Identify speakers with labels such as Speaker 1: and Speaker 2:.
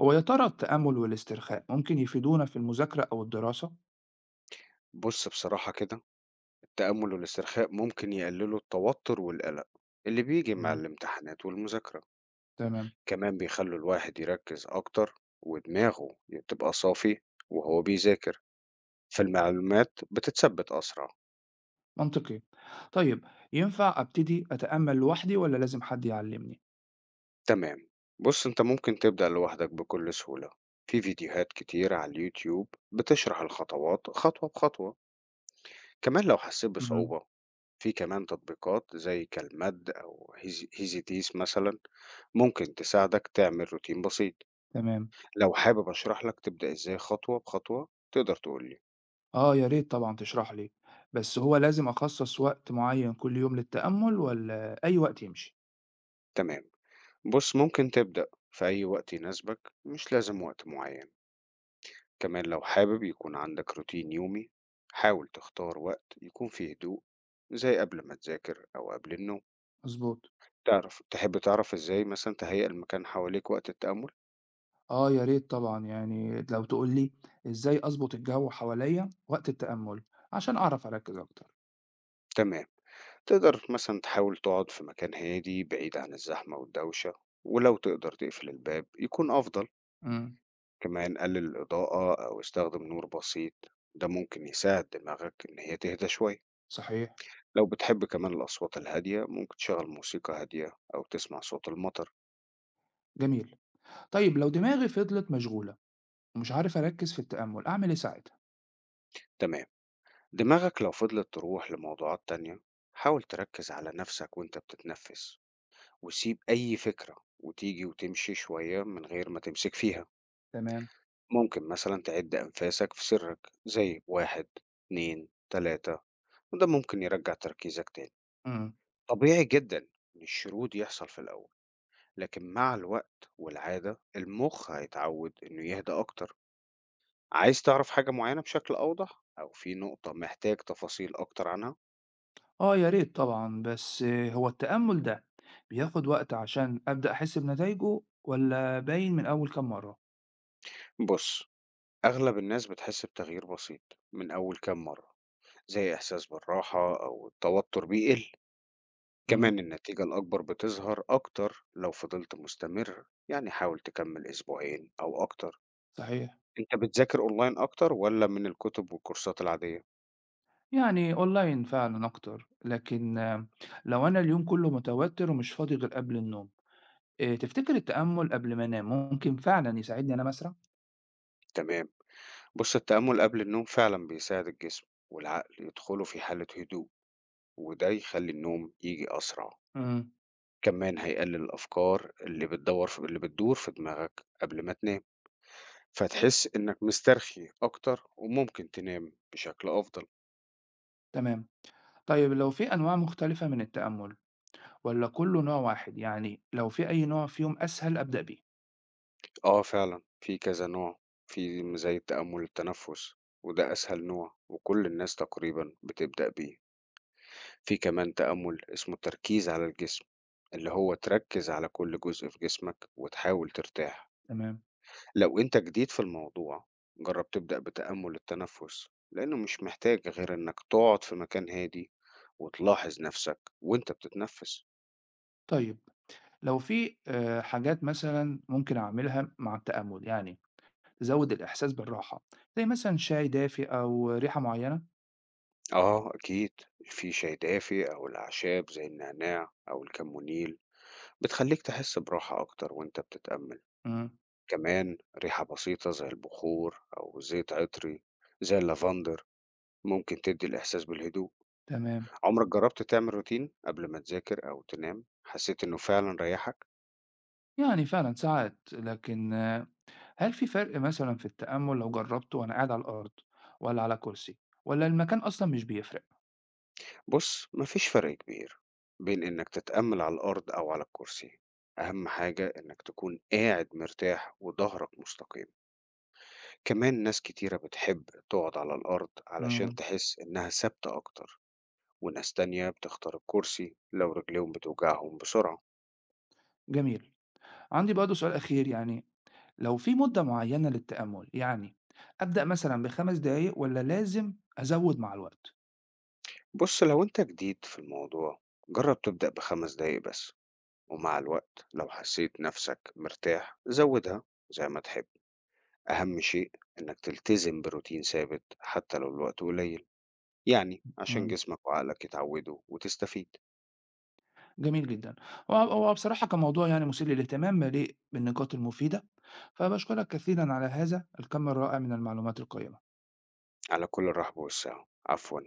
Speaker 1: هو يا ترى التأمل والاسترخاء ممكن يفيدونا في المذاكرة أو الدراسة؟
Speaker 2: بص بصراحة كده، التأمل والاسترخاء ممكن يقللوا التوتر والقلق اللي بيجي مع
Speaker 1: مم.
Speaker 2: الامتحانات والمذاكرة.
Speaker 1: تمام.
Speaker 2: كمان بيخلوا الواحد يركز أكتر، ودماغه تبقى صافي وهو بيذاكر، فالمعلومات بتتثبت أسرع.
Speaker 1: منطقي. طيب، ينفع أبتدي أتأمل لوحدي ولا لازم حد يعلمني؟
Speaker 2: تمام. بص أنت ممكن تبدأ لوحدك بكل سهولة، في فيديوهات كتير على اليوتيوب بتشرح الخطوات خطوة بخطوة. كمان لو حسيت
Speaker 1: مم.
Speaker 2: بصعوبة، في كمان تطبيقات زي كالماد أو هيزي هيزي ديس مثلا، ممكن تساعدك تعمل روتين بسيط.
Speaker 1: تمام.
Speaker 2: لو حابب أشرح لك تبدأ إزاي خطوة بخطوة تقدر تقول لي.
Speaker 1: آه، يا ريت طبعا تشرح لي. بس هو لازم أخصص وقت معين كل يوم للتأمل ولا أي وقت يمشي؟
Speaker 2: تمام. بص ممكن تبدأ في أي وقت يناسبك، مش لازم وقت معين. كمان لو حابب يكون عندك روتين يومي، حاول تختار وقت يكون فيه هدوء، زي قبل ما تذاكر أو قبل النوم.
Speaker 1: مظبوط.
Speaker 2: تحب تعرف إزاي مثلا تهيئ المكان حواليك وقت التأمل؟
Speaker 1: آه، يا ريت طبعا، يعني لو تقول لي إزاي أظبط الجو حواليا وقت التأمل عشان أعرف أركز أكتر.
Speaker 2: تمام. تقدر مثلا تحاول تقعد في مكان هادي بعيد عن الزحمة والدوشة، ولو تقدر تقفل الباب يكون أفضل.
Speaker 1: امم.
Speaker 2: كمان قلل الإضاءة أو استخدم نور بسيط، ده ممكن يساعد دماغك إن هي تهدى شوية.
Speaker 1: صحيح.
Speaker 2: لو بتحب كمان الأصوات الهادية، ممكن تشغل موسيقى هادية أو تسمع صوت المطر.
Speaker 1: جميل. طيب، لو دماغي فضلت مشغولة ومش عارف أركّز في التأمُّل، أعمل إيه ساعتها؟
Speaker 2: تمام. دماغك لو فضلت تروح لموضوعات تانية، حاول تركز على نفسك وإنت بتتنفس، وسيب أي فكرة وتيجي وتمشي شوية من غير ما تمسك فيها.
Speaker 1: تمام.
Speaker 2: ممكن مثلا تعد أنفاسك في سرك زي 1 2 3، وده ممكن يرجع تركيزك تاني.
Speaker 1: إمم.
Speaker 2: طبيعي جدا إن الشرود يحصل في الأول، لكن مع الوقت والعادة المخ هيتعود إنه يهدى أكتر. عايز تعرف حاجة معينة بشكل أوضح أو في نقطة محتاج تفاصيل أكتر عنها؟
Speaker 1: آه، يا ريت طبعًا، بس هو التأمُّل ده بياخُد وقت عشان أبدأ أحِس بنتايجه والّا باين من أول كام مرّة؟
Speaker 2: بص أغلب الناس بتحس بتغيير بسيط من أول كام مرة، زي إحساس بالراحة أو التوتر بيقل.
Speaker 1: إمم.
Speaker 2: كمان النتيجة الأكبر بتظهر أكتر لو فضلت مستمر، يعني حاول تكمل أسبوعين أو أكتر.
Speaker 1: صحيح.
Speaker 2: أنت بتذاكر أونلاين أكتر ولا من الكتب والكورسات العادية؟
Speaker 1: يعني online فعلًا أكتر، لكن لو أنا اليوم كُلّه متوتّر ومش فاضي غير قبل النوم، تفتكر التأمُّل قبل ما أنام ممكن فعلًا يساعدني أنام أسرع؟
Speaker 2: تمام. بص التأمل قبل النوم فعلا بيساعد الجسم والعقل يدخلوا في حالة هدوء، وده يخلي النوم يجي أسرع.
Speaker 1: إمم.
Speaker 2: كمان هيقلل الأفكار اللي بتدور في دماغك قبل ما تنام، فتحس إنك مسترخي أكتر وممكن تنام بشكل أفضل.
Speaker 1: تمام. طيب، لو في أنواع مختلفة من التأمُّل والّا كُلّه نوع واحد، يعني لو في أي نوع فيهم أسهل أبدأ بيه؟
Speaker 2: آه فعلًا، في كذا نوع، في زي التأمُّل التنفُّس، وده أسهل نوع وكل الناس تقريبًا بتبدأ بيه. في كمان تأمُّل اسمه التركيز على الجسم، اللي هو تركِّز على كل جزء في جسمك وتحاول ترتاح.
Speaker 1: تمام.
Speaker 2: لو أنت جديد في الموضوع، جرّب تبدأ بتأمُّل التنفُّس، لإنه مش محتاج غير إنك تقعد في مكان هادي وتلاحظ نَفْسك وأنت بتتنفِّس.
Speaker 1: طيب، لو في حاجات مثلا ممكن أعملها مع التأمل يعني تزود الإحساس بالراحة زي مثلا شاي دافئ أو ريحة معينة.
Speaker 2: آه أكيد، في شاي دافي أو الأعشاب زي النعناع أو الكمونيل، بتخلّيك تحس براحة أكتر وأنت بتتأمّل.
Speaker 1: امم.
Speaker 2: كمان ريحة بسيطة زي البخور أو زيت عطري زي اللافندر ممكن تدّي الإحساس بالهدوء.
Speaker 1: تمام.
Speaker 2: عمرك جرّبت تعمل روتين قبل ما تذاكر أو تنام حسيت إنه فعلًا ريّحك؟
Speaker 1: يعني فعلا ساعات لكن هل في فرق مثلا في التأمل لو جربته وأنا قاعد على الأرض ولا على كرسي ولا المكان أصلا مش بيفرق؟
Speaker 2: بُص ما فيش فرق كبير بين إنك تتأمّل على الأرض أو على الكرسي، أهم حاجة إنك تكون قاعد مرتاح وضهرك مستقيم. كمان ناس كتيرة بتحب تقعد على الأرض علشان
Speaker 1: امم.
Speaker 2: تحس إنها ثابتة أكتر، وناس تانية بتختار الكرسي لو رجليهم بتوجعهم بسرعة.
Speaker 1: جميل. عندي برضه سؤال أخير، يعني لو في مدة معينة للتأمل، يعني أبدأ مثلا ب5 دقايق ولا لازم أزود مع الوقت؟
Speaker 2: بص لو انت جديد في الموضوع، جرب تبدأ بـ5 دقايق بس، ومع الوقت لو حسيت نفسك مرتاح زودها زي ما تحب. أهم شيء إنك تلتزم بروتين ثابت حتى لو الوقت قليل، يعني عشان
Speaker 1: مم.
Speaker 2: جسمك وعقلك يتعودوا وتستفيد.
Speaker 1: جميل جدًا. هو بصراحة كان موضوع يعني مثير للاهتمام، مليء بالنقاط المفيدة، فباشكرك كثيرًا على هذا الكم الرائع من المعلومات القيمة.
Speaker 2: على كل الرحب والسعة، عفوا.